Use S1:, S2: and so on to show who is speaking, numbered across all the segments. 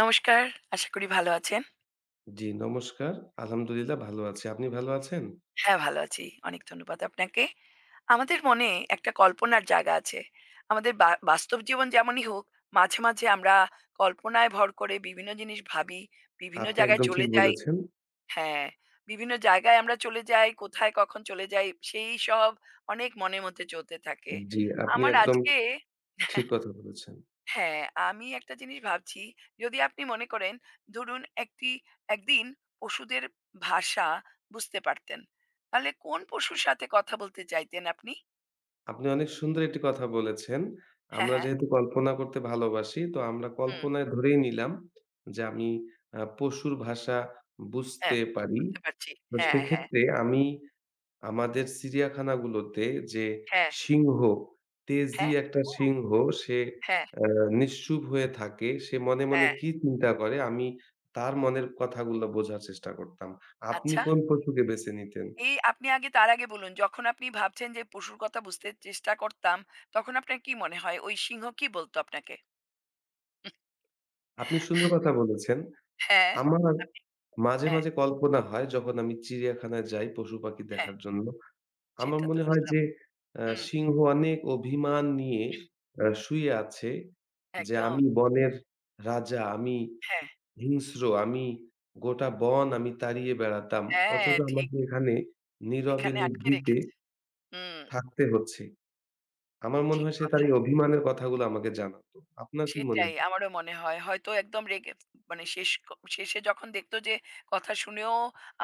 S1: নমস্কার। আশা করি ভালো আছেন।
S2: জি, নমস্কার। আলহামদুলিল্লাহ ভালো আছি। আপনি ভালো আছেন?
S1: হ্যাঁ, ভালো আছি। অনেক ধন্যবাদ আপনাকে। আমাদের মনে একটা কল্পনার জায়গা আছে। আমাদের বা বাস্তব জীবন যেমনই হোক, মাঝে, মাঝে আমরা কল্পনায় ভর করে বিভিন্ন জিনিস ভাবি, বিভিন্ন
S2: আপনি
S1: জায়গায়
S2: একদম
S1: চলে
S2: ঠিক
S1: যাই।
S2: বলেছেন।
S1: হ্যাঁ, বিভিন্ন জায়গায় আমরা চলে যাই, কোথায় কখন চলে যাই, সেই সব অনেক মনের মধ্যে চলতে থাকে।
S2: জি, আপনি
S1: আমার
S2: একদম
S1: আজকে
S2: ঠিক কথা বলেছেন।
S1: হ্যাঁ, আমি একটা জিনিস ভাবছি, যদি আপনি মনে করেন ধরুন একটি একদিন পশুদের ভাষা বুঝতে পারতেন, তাহলে কোন পশুর সাথে কথা বলতে চাইতেন আপনি?
S2: আপনি অনেক সুন্দর একটি কথা বলেছেন।
S1: হ্যাঁ,
S2: আমরা
S1: হ্যাঁ,
S2: যেহেতু কল্পনা করতে ভালোবাসি, তো আমরা
S1: হুম,
S2: কল্পনায় ধরেই নিলাম যে আমি পশুর ভাষা বুঝতে
S1: হ্যাঁ,
S2: পারি।
S1: বুঝতে পারছি।
S2: তো
S1: হ্যাঁ, হ্যাঁ,
S2: সেক্ষেত্রে আমি আমাদের চিড়িয়াখানাগুলোতে যে
S1: হ্যাঁ,
S2: সিংহ, তেজি
S1: হ্যাঁ,
S2: একটা
S1: ও!
S2: সিংহ সে
S1: হ্যাঁ,
S2: আ নিশ্চুপ হয়ে থাকে। সে মনে, মনে
S1: হ্যাঁ,
S2: কি চিন্তা করে আমি তার মনের কথাগুলো বোঝার চেষ্টা করতাম। আপনি
S1: আচ্ছা।
S2: কোন পশুকে বেছে নিতেন?
S1: এই আপনি আগে তার আগে বলুন, যখন আপনি ভাবছেন যে পশুর কথা বুঝতে চেষ্টা করতাম, তখন আপনার কি মনে হয় ওই সিংহ কি বলতো আপনাকে?
S2: আপনি সুন্দর কথা বলেছেন।
S1: হ্যাঁ,
S2: আমার
S1: আপনি
S2: মাঝে,
S1: হ্যাঁ,
S2: মাঝে কল্পনা হয় যখন আমি চিড়িয়াখানায় যাই পশু-পাখি
S1: হ্যাঁ,
S2: দেখার জন্য। আমার
S1: সেটা তো
S2: মনে হয়
S1: বুঝলাম।
S2: যে
S1: হুম,
S2: সিংহ অনেক অভিমান নিয়ে শুয়ে আছে যে
S1: একদম।
S2: আমি বনের রাজা, আমি
S1: হ্যাঁ।
S2: হিংস্র আমি গোটা বন আমি তাড়িয়ে বেড়াতাম।
S1: হ্যাঁ,
S2: অথচ
S1: ঠিক।
S2: আমাকে এখানে নীরবে
S1: এখানে আটকে
S2: নিভৃতে
S1: রেখেছে। হুম,
S2: থাকতে হচ্ছে। আমার মনে
S1: ঠিক
S2: হয় সে তার
S1: কথা।
S2: এই অভিমানের কথাগুলো আমাকে জানাতো। আপনার কি মনে
S1: সেটাই
S2: হয়?
S1: আমারও মনে হয়। হয়তো একদম রেগে মানে শেষে যখন দেখত যে কথা শুনেও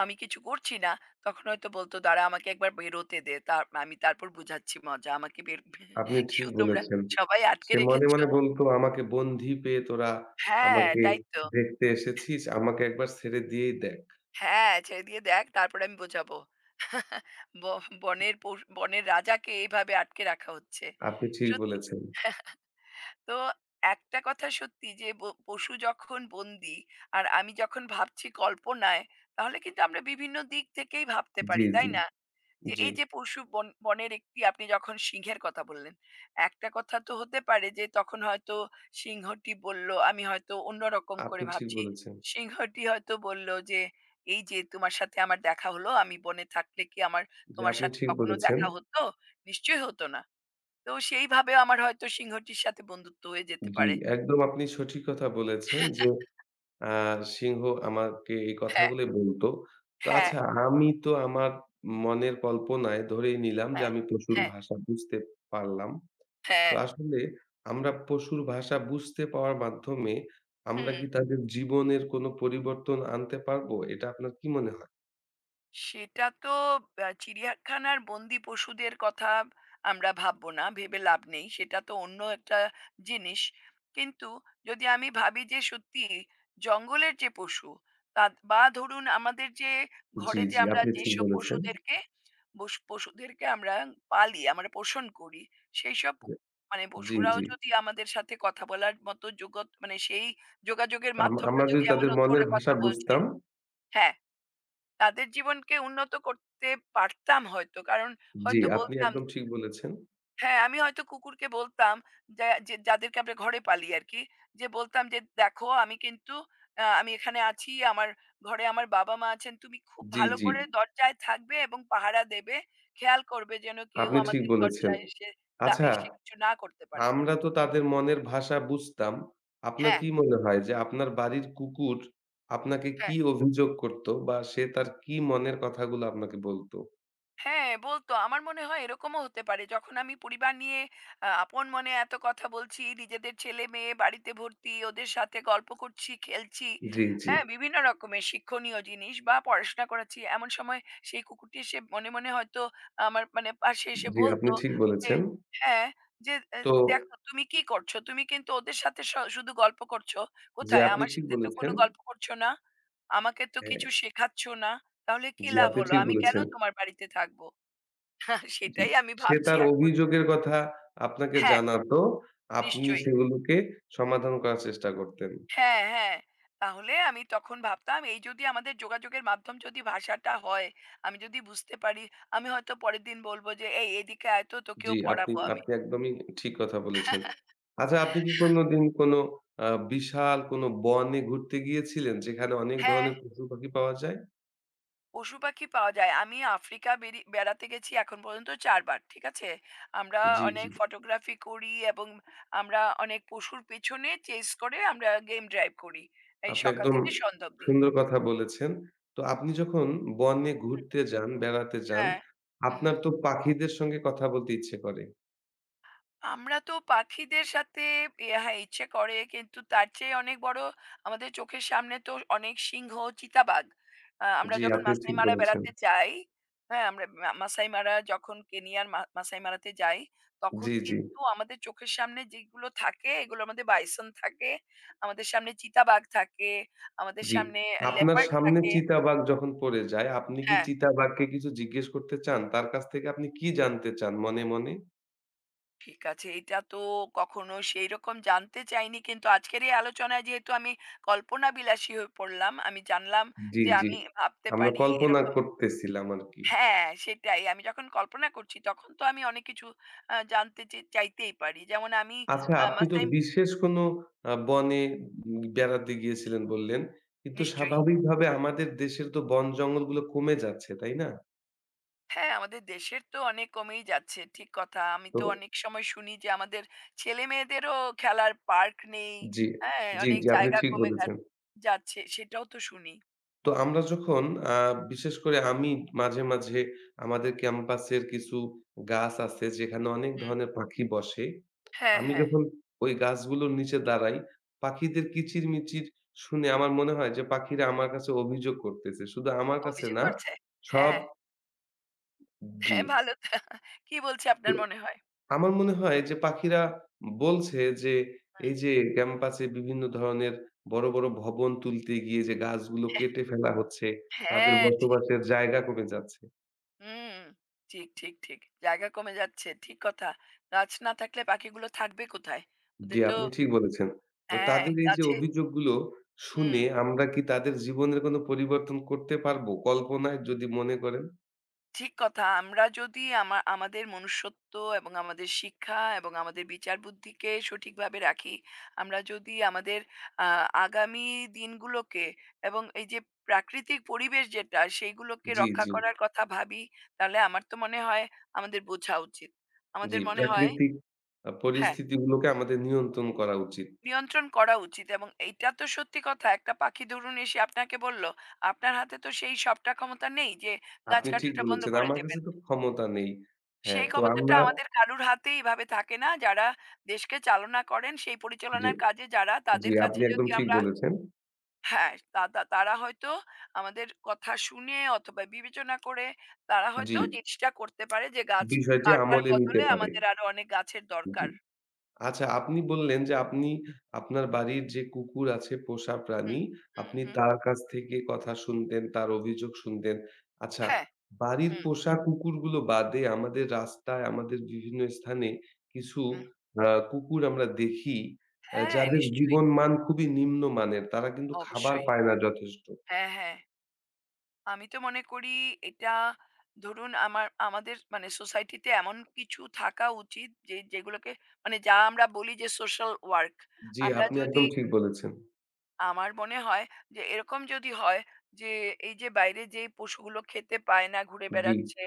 S1: আমি কিছু করছি না, তখন হয়তো বলত, "দাঁড়া আমাকে একবার বেরোতে দে। তারপর বুঝাচ্ছি মজা। আমাকে বের
S2: আপনি ঠিক
S1: কেউ তোমরা
S2: বলেছেন।
S1: সবাই আটকে
S2: সে মনে,
S1: রেখেছ।"
S2: মনে বলতো আমাকে বন্দী পেয়ে তোরা
S1: হ্যাঁ,
S2: আমাকে
S1: তাই তো।
S2: দেখতে এসেছিস। আমাকে একবার ছেড়ে দিয়েই দেখ।
S1: হ্যাঁ, ছেড়ে দিয়ে দেখ তারপরে আমি বোঝাবো। ব বনের পশু বনের রাজাকে এইভাবে আটকে রাখা হচ্ছে।
S2: আপনি ঠিক
S1: সত্যি।
S2: বলেছেন।
S1: তো একটা কথা সত্যি যে পশু যখন বন্দি আর আমি যখন ভাবছি কল্পনায় তাহলে কিন্তু আমরা বিভিন্ন দিক থেকেই ভাবতে
S2: জি,
S1: পারি তাই
S2: জি,
S1: না? যে
S2: জি।
S1: এই যে পশু বনের একটি আপনি যখন সিংহের কথা বললেন একটা কথা তো হতে পারে যে তখন হয়তো সিংহটি বলল আমি হয়তো অন্যরকম করে
S2: আপনি ঠিক
S1: ভাবছি।
S2: বলেছেন।
S1: সিংহটি হয়তো বলল যে এই যে তোমার সাথে আমার দেখা হলো, আমি বনে থাকলে কি আমার
S2: জি,
S1: তোমার
S2: আপনি
S1: সাথে
S2: ঠিক
S1: কখনো
S2: বলেছেন।
S1: দেখা হতো? নিশ্চয়ই হতো না। তো সেইভাবে আমার হয়তো সিংহটির সাথে বন্ধুত্ব হয়ে যেতে
S2: জি,
S1: পারে।
S2: একদম আপনি সঠিক কথা বলেছেন যে আ সিংহ আমাকে এই
S1: হ্যাঁ,
S2: কথাগুলোই বলত। তো
S1: হ্যাঁ,
S2: আচ্ছা আমি তো আমার মনের কল্পনায় ধরেই নিলাম যে
S1: হ্যাঁ,
S2: আমি পশুর
S1: হ্যাঁ,
S2: ভাষা বুঝতে পারলাম।
S1: হ্যাঁ,
S2: তো আসলে আমরা পশুর ভাষা বুঝতে পাওয়ার মাধ্যমে আমরা
S1: হুম।
S2: কি তাদের জীবনের কোনো পরিবর্তন আনতে পারবো? এটা আপনার কি মনে হয়?
S1: সেটা তো চিড়িয়াখানার বন্দি পশুদের কথা আমরা ভাববো না, ভেবে লাভ নেই। সেটা তো অন্য একটা জিনিস। কিন্তু যদি আমি ভাবি যে সত্যি জঙ্গলের যে পশু তা বা ধরুন আমাদের যে
S2: জি,
S1: ঘরে যে
S2: জি,
S1: আমরা
S2: আপনি ঠিক
S1: যেসব
S2: বলেছেন।
S1: পশুদেরকে পশুদেরকে আমরা পালি, আমরা পোষণ করি, সেইসব মানে
S2: জি,
S1: পশুরাও
S2: জি।
S1: যদি আমাদের সাথে কথা বলার মতো যোগ্য মানে সেই যোগাযোগের মাধ্যমটা
S2: আমরা যদি
S1: যদি এমন
S2: তাদের
S1: হতো
S2: মনের
S1: ওরা
S2: ভাষা
S1: কথা বলছে।
S2: বুঝতাম
S1: হ্যাঁ। তাদের জীবনকে উন্নত করতে পারতাম হয়তো। কারণ
S2: জি,
S1: হয়তো
S2: আপনি
S1: বলতাম
S2: একদম ঠিক বলেছেন।
S1: হ্যাঁ, আমি হয়তো কুকুরকে বলতাম যা যে যাদেরকে আমরা ঘরে পালি আরকি। যে বলতাম যে, "দেখো আমি কিন্তু আমি এখানে আছি। আমার ঘরে আমার বাবা-মা আছেন। তুমি খুব
S2: জি,
S1: ভালো
S2: জি,
S1: করে দরজায় থাকবে এবং পাহারা দেবে। খেয়াল করবে যেন কেউ
S2: আপনি ঠিক
S1: আমাদের
S2: বলেছেন।
S1: দরজায় এসে
S2: আচ্ছা
S1: এসে কিছু না করতে পারে।"
S2: আমরা তো তাদের মনের ভাষা বুঝতাম। আপনার
S1: হ্যাঁ,
S2: কি মনে হয় যে আপনার বাড়ির কুকুর আপনাকে
S1: হ্যাঁ।
S2: কি অভিযোগ করত বা সে তার কি মনের কথাগুলো আপনাকে বলত?
S1: হ্যাঁ, বলতো। আমার মনে হয় এরকমও হতে পারে। যখন আমি পরিবার নিয়ে আপন মনে এত কথা বলছি, নিজেদের ছেলে-মেয়ে বাড়িতে ভর্তি, ওদের সাথে গল্প করছি, খেলছি।
S2: জি, জি।
S1: হ্যাঁ, বিভিন্ন রকমের শিক্ষণীয় জিনিস বা পড়াশোনা করাচ্ছি। এমন সময় সেই কুকুরটি এসে মনে, মনে হয়তো আমার মানে পাশে এসে
S2: জি, আপনি
S1: বলতো
S2: ঠিক
S1: যে
S2: বলেছেন।
S1: হ্যাঁ, যে এ
S2: তো
S1: "দেখো তুমি কি করছো? তুমি কিন্তু ওদের সাথে শুধু গল্প করছো।
S2: জি,
S1: কোথায়?
S2: আপনি
S1: আমার
S2: ঠিক
S1: সাথে তো
S2: বলেছেন।
S1: কোনো গল্প করছো না। আমাকে তো
S2: হ্যাঁ,
S1: কিছু শেখাচ্ছ না।" তাহলে কি
S2: জি,
S1: লাভ
S2: আপনি
S1: হলো?
S2: ঠিক
S1: আমি কেন
S2: বলেছেন।
S1: তোমার বাড়িতে থাকবো?
S2: জি।
S1: সেটাই আমি
S2: সে
S1: ভাবছি
S2: তার
S1: এখন।
S2: অভিযোগের কথা আপনাকে
S1: হ্যাঁ,
S2: জানাতো, আপনি
S1: নিশ্চয়ই।
S2: সেগুলোকে সমাধান করার চেষ্টা করতেন।
S1: হ্যাঁ, হ্যাঁ। তাহলে আমি তখন ভাবতাম এই যদি আমাদের যোগাযোগের মাধ্যম যদি ভাষাটা হয়, আমি যদি বুঝতে পারি, আমি হয়তো পরের দিন বলব যে, "এই এদিকে আয় তো তোকেও
S2: জি, আপনি
S1: পড়াবো আমি।"
S2: আপনি একদমই ঠিক কথা বলেছেন। আচ্ছা আপনি কি কোনোদিন কোনো আ বিশাল কোনো বনে ঘুরতে গিয়েছিলেন যেখানে অনেক
S1: হ্যাঁ।
S2: ধরনের পশু-পাখি পাওয়া যায়?
S1: পশু পাখি পাওয়া যায়। আমি আফ্রিকা বেড়াতে গেছি এখন পর্যন্ত ৪ বার। ঠিক আছে? আমরা
S2: জি, জি।
S1: অনেক ফটোগ্রাফি করি এবং আমরা অনেক পশুর পেছনে চেস করে আমরা গেম ড্রাইভ করি। এই
S2: আপনি
S1: সকাল
S2: একদম
S1: থেকে সন্ধ্যা অবধি।
S2: সুন্দর কথা বলেছেন। তো আপনি যখন বনে
S1: হুম।
S2: ঘুরতে যান, বেড়াতে যান,
S1: হ্যাঁ। হু, হু।
S2: আপনার তো পাখিদের সঙ্গে কথা বলতে ইচ্ছে করে।
S1: আমরা তো পাখিদের সাথে হ্যাঁ ইচ্ছে করে কিন্তু তার চেয়ে অনেক বড় আমাদের চোখের সামনে তো অনেক সিংহ, চিতাবাঘ আহ, আমরা
S2: জি,
S1: যখন
S2: আপনি
S1: মাসাই
S2: ঠিক
S1: মারা
S2: বলেছেন।
S1: বেড়াতে যাই হ্যাঁ আমরা মাসাই মারা যখন কেনিয়ার মাসাই মারাতে যাই তখন
S2: জি, জি,
S1: কিন্তু আমাদের চোখের সামনে যেগুলো থাকে এগুলোর মধ্যে বাইসন থাকে, আমাদের সামনে চিতাবাঘ থাকে, আমাদের
S2: জি।
S1: সামনে
S2: আপনার
S1: লেপার্ড
S2: সামনে
S1: থাকে।
S2: চিতাবাঘ যখন পড়ে যায়, আপনি কি
S1: হ্যাঁ,
S2: চিতাবাঘকে কিছু জিজ্ঞেস করতে চান? তার কাছ থেকে আপনি কি জানতে চান মনে, মনে?
S1: ঠিক আছে। এটা তো কখনো সেইরকম জানতে চাইনি। কিন্তু আজকের এই আলোচনায় যেহেতু আমি কল্পনাবিলাসী হয়ে পড়লাম, আমি জানলাম
S2: জি,
S1: যে
S2: জি।
S1: আমি ভাবতে
S2: আমরা
S1: পারি
S2: কল্পনা
S1: এরকম।
S2: করতেছিলাম আরকি।
S1: হ্যাঁ, সেটাই। আমি যখন কল্পনা করছি তখন তো আমি অনেক কিছু জানতে চাইতেই পারি। যেমন আমি
S2: আচ্ছা আপনি তো
S1: মাসাই
S2: বিশেষ কোনো বনে বেড়াতে গিয়েছিলেন বললেন। কিন্তু
S1: নিশ্চয়ই।
S2: স্বাভাবিকভাবে আমাদের দেশের তো বন জঙ্গলগুলো কমে যাচ্ছে, তাই না?
S1: হ্যাঁ, আমাদের দেশের তো অনেক কমেই যাচ্ছে। ঠিক কথা। আমি
S2: তো
S1: তো অনেক সময় শুনি যে আমাদের ছেলেমেয়েদেরও খেলার পার্ক নেই।
S2: জি,
S1: হ্যাঁ,
S2: জি,
S1: অনেক
S2: জি, আপনি
S1: জায়গা
S2: ঠিক
S1: কমে গা
S2: বলেছেন।
S1: যাচ্ছে। সেটাও তো শুনি।
S2: তো আমরা যখন আ বিশেষ করে আমি মাঝে, মাঝে আমাদের ক্যাম্পাসের কিছু গাছ আছে যেখানে অনেক
S1: হুম।
S2: ধরনের পাখি বসে।
S1: হ্যাঁ,
S2: আমি
S1: হ্যাঁ।
S2: যখন ওই গাছগুলোর নিচে দাঁড়াই, পাখিদের কিচিরমিচির শুনে আমার মনে হয় যে পাখিরা আমার কাছে অভিযোগ করতেছে। শুধু আমার কাছে
S1: অভিযোগ
S2: না,
S1: করছে?
S2: সব
S1: হ্যাঁ,
S2: জি।
S1: হ্যাঁ, ভালো তো। কি বলছে
S2: তো
S1: আপনার মনে হয়?
S2: আমার মনে হয় যে পাখিরা বলছে যে,
S1: হুম।
S2: এই যে ক্যাম্পাসে বিভিন্ন ধরনের বড়, বড় ভবন তুলতে গিয়ে যে গাছগুলো কেটে ফেলা হচ্ছে, তাদের
S1: হ্যাঁ, ঠিক।
S2: বসবাসের জায়গা কমে যাচ্ছে।
S1: হুম। ঠিক, ঠিক, ঠিক। জায়গা কমে যাচ্ছে। ঠিক কথা। গাছ না থাকলে পাখিগুলো থাকবে কোথায়?
S2: জি,
S1: ওদের তো
S2: আপনি ঠিক বলেছেন। তো
S1: হ্যাঁ,
S2: তাদের এই যে
S1: গাছে
S2: অভিযোগগুলো
S1: হুম।
S2: শুনে আমরা কি তাদের জীবনের কোনো পরিবর্তন করতে পারবো? কল্পনায় যদি মনে করেন?
S1: ঠিক কথা। আমরা যদি আমাদের মনুষ্যত্ব এবং আমাদের শিক্ষা এবং আমাদের বিচার বুদ্ধিকে সঠিকভাবে রাখি, আমরা যদি আমাদের আ আগামী দিনগুলোকে এবং এই যে প্রাকৃতিক পরিবেশ যেটা সেইগুলোকে
S2: জি,
S1: রক্ষা
S2: জি,
S1: করার কথা ভাবি, তাহলে আমার তো মনে হয় আমাদের বোঝা উচিত।
S2: জি।
S1: আমাদের মনে হয়
S2: প্রাকৃতিক
S1: হ্যাঁ,
S2: পরিস্থিতিগুলোকে আমাদের নিয়ন্ত্রণ করা উচিত।
S1: নিয়ন্ত্রণ করা উচিত এবং এইটা তো সত্যি কথা। একটা পাখি ধরুন এসে আপনাকে বলল, আপনার হাতে তো সেই সবটা ক্ষমতা নেই যে গাছ
S2: আপনি ঠিক
S1: কাটাটা বন্ধ
S2: বলেছেন।
S1: করে
S2: আমার কাছে
S1: দেবেন।
S2: তো ক্ষমতা নেই। হ্যাঁ,
S1: সেই
S2: তো
S1: ক্ষমতাটা
S2: আমরা
S1: আমাদের কারুর হাতে এভাবে থাকে না। যারা দেশকে চালনা করেন, সেই
S2: জি।
S1: পরিচালনার কাজে যারা,
S2: জি,
S1: তাদের কাছে
S2: আপনি একদম
S1: যদি
S2: ঠিক
S1: আমরা
S2: বলেছেন।
S1: হ্যাঁ, তা তা তারা হয়তো আমাদের কথা শুনে অথবা বিবেচনা করে তারা
S2: জি,
S1: হয়তো জিনিসটা করতে পারে যে গাছ
S2: বিষয়টি
S1: কাটার
S2: আমলে নিতে
S1: বদলে
S2: পারে।
S1: আমাদের আরো অনেক গাছের
S2: জি।
S1: দরকার।
S2: আচ্ছা আপনি বললেন যে আপনি আপনার বাড়ির যে কুকুর আছে পোষা
S1: হুম,
S2: প্রাণী,
S1: হুম,
S2: আপনি
S1: হুম।
S2: তার কাছ থেকে কথা শুনতেন, তার অভিযোগ শুনতেন। আচ্ছা,
S1: হ্যাঁ,
S2: বাড়ির
S1: হুম,
S2: পোষা কুকুরগুলো বাদে আমাদের রাস্তায়, আমাদের বিভিন্ন স্থানে কিছু
S1: হুম।
S2: আ কুকুর আমরা দেখি
S1: হ্যাঁ,
S2: যাদের
S1: নিশ্চয়ই।
S2: জীবনমান খুবই নিম্নমানের। তারা কিন্তু খাবার
S1: অবশ্যই।
S2: পায় না যথেষ্ট।
S1: হ্যাঁ, হ্যাঁ। আমি তো মনে করি এটা ধরুন আমাদের মানে সোসাইটিতে এমন কিছু থাকা উচিত যে যেগুলোকে মানে যা আমরা বলি যে সোশ্যাল ওয়ার্ক
S2: জি,
S1: আমরা
S2: আপনি
S1: যদি
S2: একদম ঠিক বলেছেন।
S1: আমার মনে হয় যে এরকম যদি হয় যে এই যে বাইরে যে পশুগুলো খেতে পায় না ঘুরে
S2: জি।
S1: বেড়াচ্ছে।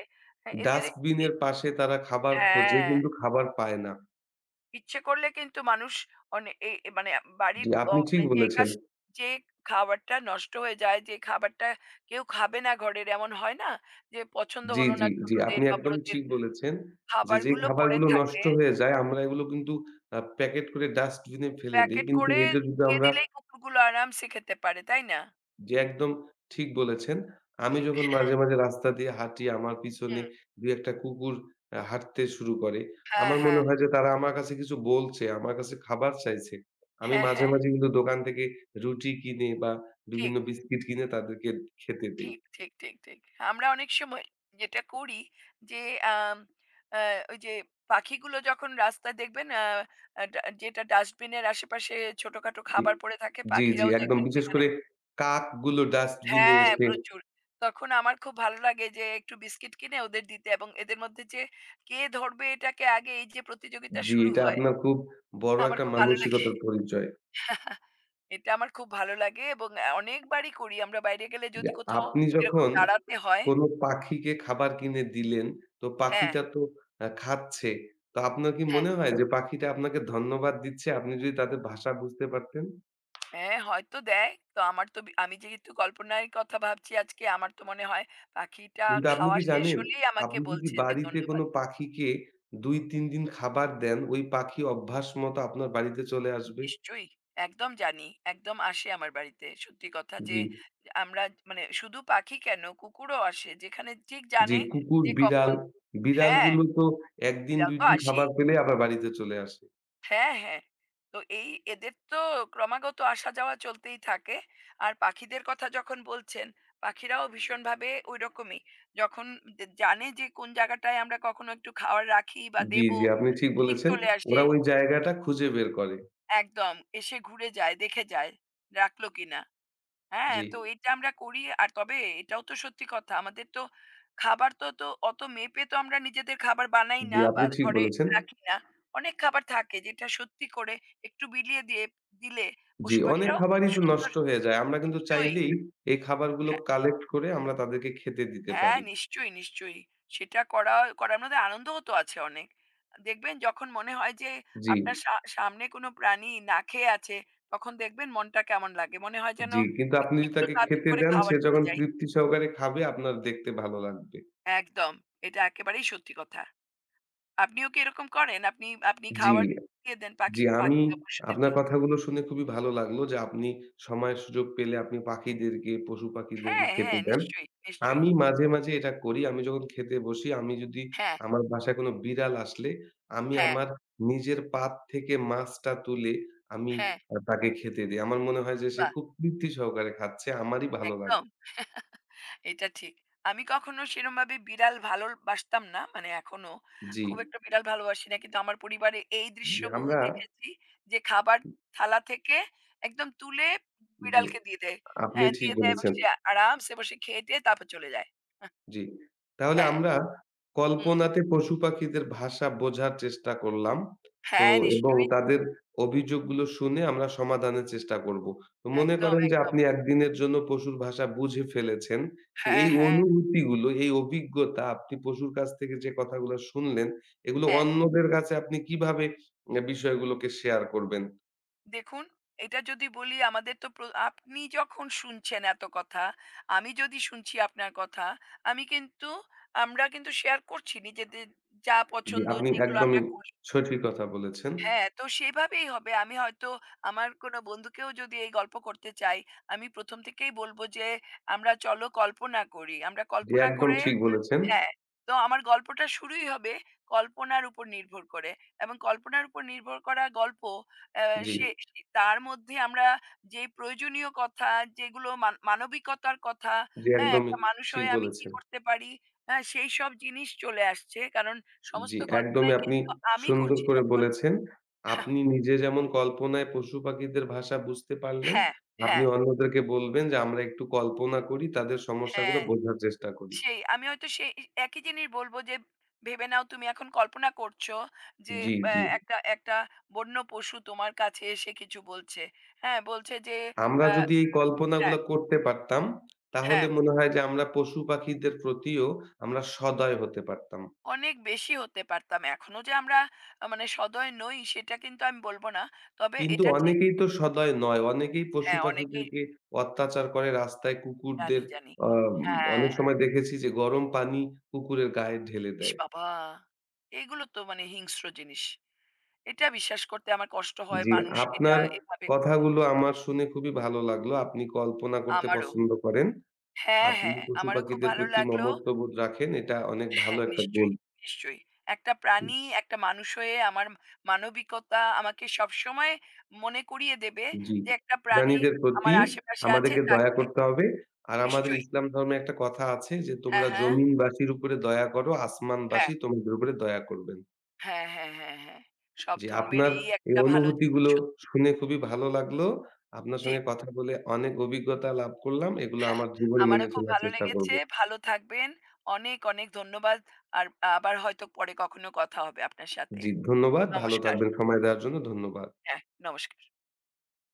S1: হ্যাঁ, এদের
S2: ডাস্টবিনের
S1: এ-
S2: পাশে তারা খাবার খোঁজে
S1: হ্যাঁ
S2: কিন্তু খাবার পায় না।
S1: ইচ্ছে করলে কিন্তু মানুষ এই এ মানে
S2: জি,
S1: বাড়ির
S2: আপনি ঠিক
S1: মানে যে
S2: বলেছেন।
S1: কাজ যে খাবারটা নষ্ট হয়ে যায়, যে খাবারটা কেউ খাবে না ঘরের এমন হয় না? যে পছন্দ
S2: জি,
S1: হলো
S2: জি,
S1: না
S2: জি।
S1: ছোটদের
S2: আপনি
S1: বা
S2: একদম
S1: বড়দের
S2: ঠিক বলেছেন যে, যেই
S1: খাবারগুলো পড়ে
S2: খাবারগুলো
S1: থাকে।
S2: নষ্ট হয়ে যায় আমরা এগুলো কিন্তু প্যাকেট করে ডাস্টবিনে ফেলে দেই।
S1: প্যাকেট
S2: কিন্তু
S1: করে
S2: এটা যদি
S1: দিয়ে
S2: আমরা
S1: দিলেই কুকুরগুলো আরামসে খেতে পারে, তাই না?
S2: জি, একদম ঠিক বলেছেন। আমি
S1: ঠিক।
S2: যখন মাঝে, মাঝে রাস্তা দিয়ে হাঁটি আমার পিছনে
S1: হুম।
S2: ২-১ টা কুকুর হাঁটতে শুরু করে।
S1: হ্যাঁ,
S2: আমার মনে
S1: হ্যাঁ।
S2: হয় যে তারা আমার কাছে কিছু বলছে, আমার কাছে খাবার চাইছে। আমি
S1: হ্যাঁ,
S2: মাঝে,
S1: হ্যাঁ।
S2: মাঝে কিন্তু দোকান থেকে রুটি কিনে বা বিভিন্ন
S1: ঠিক।
S2: বিস্কিট কিনে তাদেরকে খেতে দেই।
S1: ঠিক, ঠিক, ঠিক, ঠিক। আমরা অনেক সময় যেটা করি যে আম আ ওই যে পাখিগুলো যখন রাস্তায় দেখবেন আ আ ডা যেটা ডাস্টবিনের আশেপাশে ছোটখাটো
S2: জি।
S1: খাবার পড়ে থাকে,
S2: জি, জি,
S1: পাখিরাও
S2: একদম
S1: দেখবেন
S2: বিশেষ
S1: সেখানে।
S2: করে কাকগুলো ডাস্টবিনে
S1: হ্যাঁ,
S2: এসে
S1: প্রচুর। তখন আমার খুব ভালো লাগে যে একটু বিস্কিট কিনে ওদের দিতে এবং এদের মধ্যে যে কে ধরবে এটাকে আগে এই যে প্রতিযোগিতা
S2: জি,
S1: শুরু
S2: এটা
S1: হয়,
S2: আপনার খুব বড়
S1: আমার
S2: একটা
S1: খুব ভালো লাগে।
S2: মানসিকতার পরিচয়।
S1: এটা আমার খুব ভালো লাগে এবং অনেকবারই করি। আমরা বাইরে গেলে
S2: যে
S1: যদি কোথাও
S2: আপনি
S1: এরকম
S2: যখন
S1: দাঁড়াতে হয়
S2: কোনো পাখিকে খাবার কিনে দিলেন, তো
S1: হ্যাঁ,
S2: পাখিটা তো খাচ্ছে। তো আপনার কি
S1: হ্যাঁ।
S2: মনে হয় যে পাখিটা আপনাকে ধন্যবাদ দিচ্ছে? আপনি যদি তাদের ভাষা বুঝতে পারতেন।
S1: হ্যাঁ, হয়তো দেয়। তো আমার তো আমি যেহেতু কল্পনার কথা ভাবছি আজকে, আমার তো মনে হয় পাখিটা
S2: কিন্তু আপনি
S1: খাওয়া
S2: কি
S1: শেষ
S2: জানেন?
S1: হলেই আমাকে
S2: আপনি যদি
S1: বলছে যে,
S2: বাড়িতে
S1: "ধন্যবাদ।"
S2: কোনো পাখিকে ২-৩ দিন খাবার দেন, ওই পাখি অভ্যাস মতো আপনার বাড়িতে চলে আসবে।
S1: নিশ্চয়ই। একদম জানি। একদম আসে আমার বাড়িতে। সত্যি কথা যে
S2: জি,
S1: আমরা মানে শুধু পাখি কেন, কুকুরও আসে। যেখানে ঠিক
S2: যে
S1: জানে
S2: কুকুর,
S1: যে
S2: বিড়াল,
S1: কখন হ্যাঁ,
S2: বিড়ালগুলো তো ১ দিন
S1: বিড়াল
S2: ২
S1: তো
S2: দিন
S1: আসেই।
S2: খাবার পেলেই আবার বাড়িতে চলে আসে।
S1: হ্যাঁ, হ্যাঁ। তো এই এদের তো ক্রমাগত আসা যাওয়া চলতেই থাকে। আর পাখিদের কথা যখন বলছেন, পাখিরাও ভীষণভাবে ঐরকমই। যখন জানে যে কোন জায়গাটায় আমরা কখনো একটু খাবার রাখি বা
S2: জি,
S1: দেব,
S2: জি, আপনি ঠিক
S1: ঠিক
S2: বলেছেন।
S1: চলে আসে।
S2: ওরা ওই জায়গাটা খুঁজে বের করে।
S1: একদম। এসে ঘুরে যায়, দেখে যায় রাখলো কিনা। হ্যাঁ,
S2: জি।
S1: তো এটা আমরা করি। আর তবে এটাও তো সত্যি কথা। আমাদের তো খাবার তো অত মেপে তো আমরা নিজেদের খাবার বানাই
S2: জি,
S1: না বা
S2: আপনি ঠিক
S1: ঘরে
S2: বলেছেন।
S1: রাখি না। অনেক খাবার থাকে যেটা সত্যি করে একটু বিলিয়ে দিয়ে দিলে
S2: জি,
S1: পশু
S2: অনেক
S1: পাখিরাও খুব
S2: খাবারই তো
S1: সুন্দর
S2: নষ্ট হয়ে যায়। আমরা কিন্তু
S1: নিশ্চয়ই।
S2: চাইলেই এই খাবারগুলো
S1: হ্যাঁ,
S2: কালেক্ট করে আমরা তাদেরকে খেতে দিতে
S1: হ্যাঁ,
S2: পারি।
S1: নিশ্চয়ই, নিশ্চয়ই। সেটা করা করার মধ্যে আনন্দও তো আছে অনেক। দেখবেন যখন মনে হয় যে
S2: জি,
S1: আপনার সামনে কোনো প্রাণী না খেয়ে আছে, তখন দেখবেন মনটা কেমন লাগে। মনে হয় যেন
S2: জি। কিন্তু আপনি যদি
S1: একটু
S2: তাকে
S1: তাড়াতাড়ি
S2: খেতে
S1: করে
S2: দেন সে
S1: খাবার দিয়ে
S2: যখন
S1: যাই।
S2: তৃপ্তি সহকারে খাবে আপনার দেখতে ভালো লাগবে।
S1: একদম। এটা একেবারেই সত্যি কথা। আপনিও কি এরকম করেন? আপনি আপনি
S2: জি।
S1: খাবার দিয়ে দেন পাখি
S2: জি, আমি
S1: পাখিরা
S2: আপনার
S1: পশুদেরকে?
S2: কথাগুলো শুনে খুবই ভালো লাগলো যে আপনি সময় সুযোগ পেলে আপনি পাখিদেরকে, পশু-পাখিদেরকে
S1: হ্যাঁ,
S2: খেতে
S1: হ্যাঁ,
S2: দেন।
S1: নিশ্চয়ই, নিশ্চয়ই।
S2: আমি মাঝে, মাঝে এটা করি। আমি যখন খেতে বসি, আমি যদি
S1: হ্যাঁ,
S2: আমার বাসায় কোনো বিড়াল আসলে, আমি
S1: হ্যাঁ,
S2: আমার নিজের পাত থেকে মাছটা তুলে আমি
S1: হ্যাঁ।
S2: তাকে খেতে দেই। আমার মনে হয় যে সে
S1: বাহ!
S2: খুব তৃপ্তি সহকারে খাচ্ছে, আমারই ভালো
S1: একদম।
S2: লাগে।
S1: এটা ঠিক। আমি কখনো সেরমভাবে বিড়াল ভালোবাসতাম না। মানে এখনো
S2: জি,
S1: খুব একটা বিড়াল ভালোবাসি না। কিন্তু আমার পরিবারে এই দৃশ্য
S2: জি,
S1: বহু
S2: আমরা
S1: দেখেছি যে খাবার থালা থেকে একদম তুলে
S2: জি,
S1: বিড়ালকে দিয়ে দেয়।
S2: আপনি
S1: হ্যাঁ,
S2: ঠিক
S1: দিয়ে দেয় এবং
S2: বলেছেন।
S1: সে আরামসে বসে খেয়ে-টেয়ে তারপর চলে যায়।
S2: জি। তাহলে
S1: হ্যাঁ,
S2: আমরা
S1: হুম।
S2: কল্পনাতে পশু-পাখিদের ভাষা বোঝার চেষ্টা করলাম। তো
S1: হ্যাঁ,
S2: এবং
S1: নিশ্চয়ই।
S2: তাদের অভিযোগগুলো শুনে আমরা সমাধানের চেষ্টা করব। তো মনে
S1: একদম,
S2: করেন যে
S1: একদম।
S2: আপনি একদিনের জন্য পশুর ভাষা বুঝে ফেলেছেন। তো
S1: হ্যাঁ,
S2: এই
S1: হ্যাঁ,
S2: অনুভূতিগুলো, এই অভিজ্ঞতা আপনি পশুর কাছ থেকে যে কথাগুলো শুনলেন, এগুলো
S1: হ্যাঁ।
S2: অন্যদের কাছে আপনি কিভাবে এ বিষয়গুলোকে শেয়ার করবেন?
S1: দেখুন এটা যদি বলি আমাদের তো আপনি যখন শুনছেন এত কথা, আমি যদি শুনছি আপনার কথা, আমি কিন্তু আমরা কিন্তু শেয়ার করছি নিজেদের যা
S2: জি,
S1: পছন্দ
S2: আপনি
S1: যেগুলো
S2: একদমই
S1: আমরা করি।
S2: সঠিক কথা বলেছেন।
S1: হ্যাঁ, তো সেভাবেই হবে। আমি হয়তো আমার কোনো বন্ধুকেও যদি এই গল্প করতে চাই, আমি ১ম থেকেই বলব যে আমরা চলো কল্পনা করি। আমরা
S2: জি,
S1: কল্পনা
S2: একদম
S1: করে
S2: ঠিক বলেছেন।
S1: হ্যাঁ, তো আমার গল্পটা শুরুই হবে কল্পনার উপর নির্ভর করে এবং কল্পনার উপর নির্ভর করা গল্প আ
S2: জি,
S1: সে সে তার মধ্যে আমরা যে প্রয়োজনীয় কথা যেগুলো মানবিকতার কথা,
S2: জি
S1: হ্যাঁ?
S2: একদমই
S1: একটা মানুষ
S2: ঠিক
S1: হয়ে আমি কি
S2: বলেছেন।
S1: করতে পারি, হ্যাঁ? সেইসব জিনিস চলে আসছে। কারণ সমস্ত
S2: জি, একদমই
S1: কল্পনাই
S2: আপনি
S1: কিন্তু আমি
S2: সুন্দর
S1: করছি
S2: করে
S1: তখন
S2: বলেছেন। আপনি নিজে যেমন কল্পনায় পশু-পাখিদের ভাষা বুঝতে পারলেন,
S1: হ্যাঁ,
S2: আপনি
S1: হ্যাঁ,
S2: অন্যদেরকে বলবেন যে আমরা একটু কল্পনা করি, তাদের সমস্যাগুলো
S1: হ্যাঁ।
S2: বোঝার চেষ্টা করি।
S1: সেই আমি হয়তো সেই একই জিনিস বলবো যে ভেবে নাও তুমি এখন কল্পনা করছো যে
S2: জি, জি।
S1: আহ, একটা একটা বন্য পশু তোমার কাছে এসে কিছু বলছে হ্যাঁ বলছে যে
S2: আমরা
S1: আহ,
S2: যদি এই
S1: হ্যাঁ
S2: কল্পনাগুলা করতে পারতাম, তাহলে
S1: হ্যাঁ
S2: মনে হয় যে আমরা পশু-পাখিদের প্রতিও আমরা সদয় হতে পারতাম।
S1: অনেক বেশি হতে পারতাম এখনো যে আমরা আহ, মানে সদয় নই সেটা কিন্তু আমি বলবো না তবে
S2: কিন্তু
S1: এটা ঠিক
S2: অনেকেই তো সদয় নয়। অনেকেই
S1: হ্যাঁ অনেকেই
S2: পশু-পাখিদেরকে অত্যাচার করে রাস্তায়
S1: জানি
S2: কুকুরদের
S1: জানি
S2: আম
S1: হ্যাঁ
S2: অনেক সময় দেখেছি যে গরম পানি কুকুরের গায়ে ঢেলে
S1: ইস
S2: দেয়।
S1: বাবা এগুলো তো মানে হিংস্র জিনিস। এটা বিশ্বাস করতে আমার কষ্ট হয়
S2: জি,
S1: মানুষ এটা
S2: আপনার
S1: এভাবে করে।
S2: কথাগুলো আমার শুনে খুবই ভালো লাগলো। আপনি কল্পনা করতে
S1: আমারও
S2: পছন্দ করেন।
S1: হ্যাঁ,
S2: আপনি
S1: হ্যাঁ, আমারও খুব
S2: পশু-পাখিদের
S1: ভালো
S2: প্রতি
S1: লাগলো।
S2: মমত্ববোধ রাখেন। এটা অনেক ভালো
S1: হ্যাঁ,
S2: একটা গুণ।
S1: নিশ্চয়ই, নিশ্চয়ই। একটা প্রাণী একটা মানুষ হয়ে আমার মানবিকতা আমাকে সবসময় মনে করিয়ে দেবে
S2: জি।
S1: যে একটা প্রাণী
S2: প্রাণীদের
S1: আমার
S2: প্রতি
S1: আশেপাশে আছে
S2: আমাদেরকে দয়া
S1: তাকে
S2: করতে হবে। আর আমাদের
S1: নিশ্চয়ই।
S2: ইসলাম ধর্মে একটা কথা আছে যে,
S1: হ্যাঁ,
S2: "তোমরা
S1: হ্যাঁ,
S2: জমিনবাসীর উপরে দয়া করো, আসমানবাসী
S1: হ্যাঁ,
S2: তোমাদের উপরে দয়া করবেন।"
S1: হ্যাঁ, হ্যাঁ, হ্যাঁ, হ্যাঁ। সব
S2: জি,
S1: ধর্মের
S2: আপনার
S1: এই
S2: এই
S1: একটা ভালো জিনিস
S2: অনুভূতিগুলো
S1: সত্যি।
S2: শুনে খুবই ভালো লাগলো। আপনার সঙ্গে
S1: ঠিক।
S2: কথা বলে অনেক অভিজ্ঞতা লাভ করলাম। এগুলো
S1: হ্যাঁ,
S2: আমার জীবনে
S1: আমারও
S2: মেনে
S1: খুব
S2: চলার
S1: ভালো
S2: চেষ্টা করব।
S1: লেগেছে। ভালো থাকবেন। অনেক, অনেক ধন্যবাদ। আর আবার হয়তো পরে কখনো কথা হবে আপনার সাথে।
S2: জি, ধন্যবাদ। ভালো
S1: নমস্কার।
S2: থাকবেন সময় দেওয়ার জন্য ধন্যবাদ।
S1: হ্যাঁ, নমস্কার।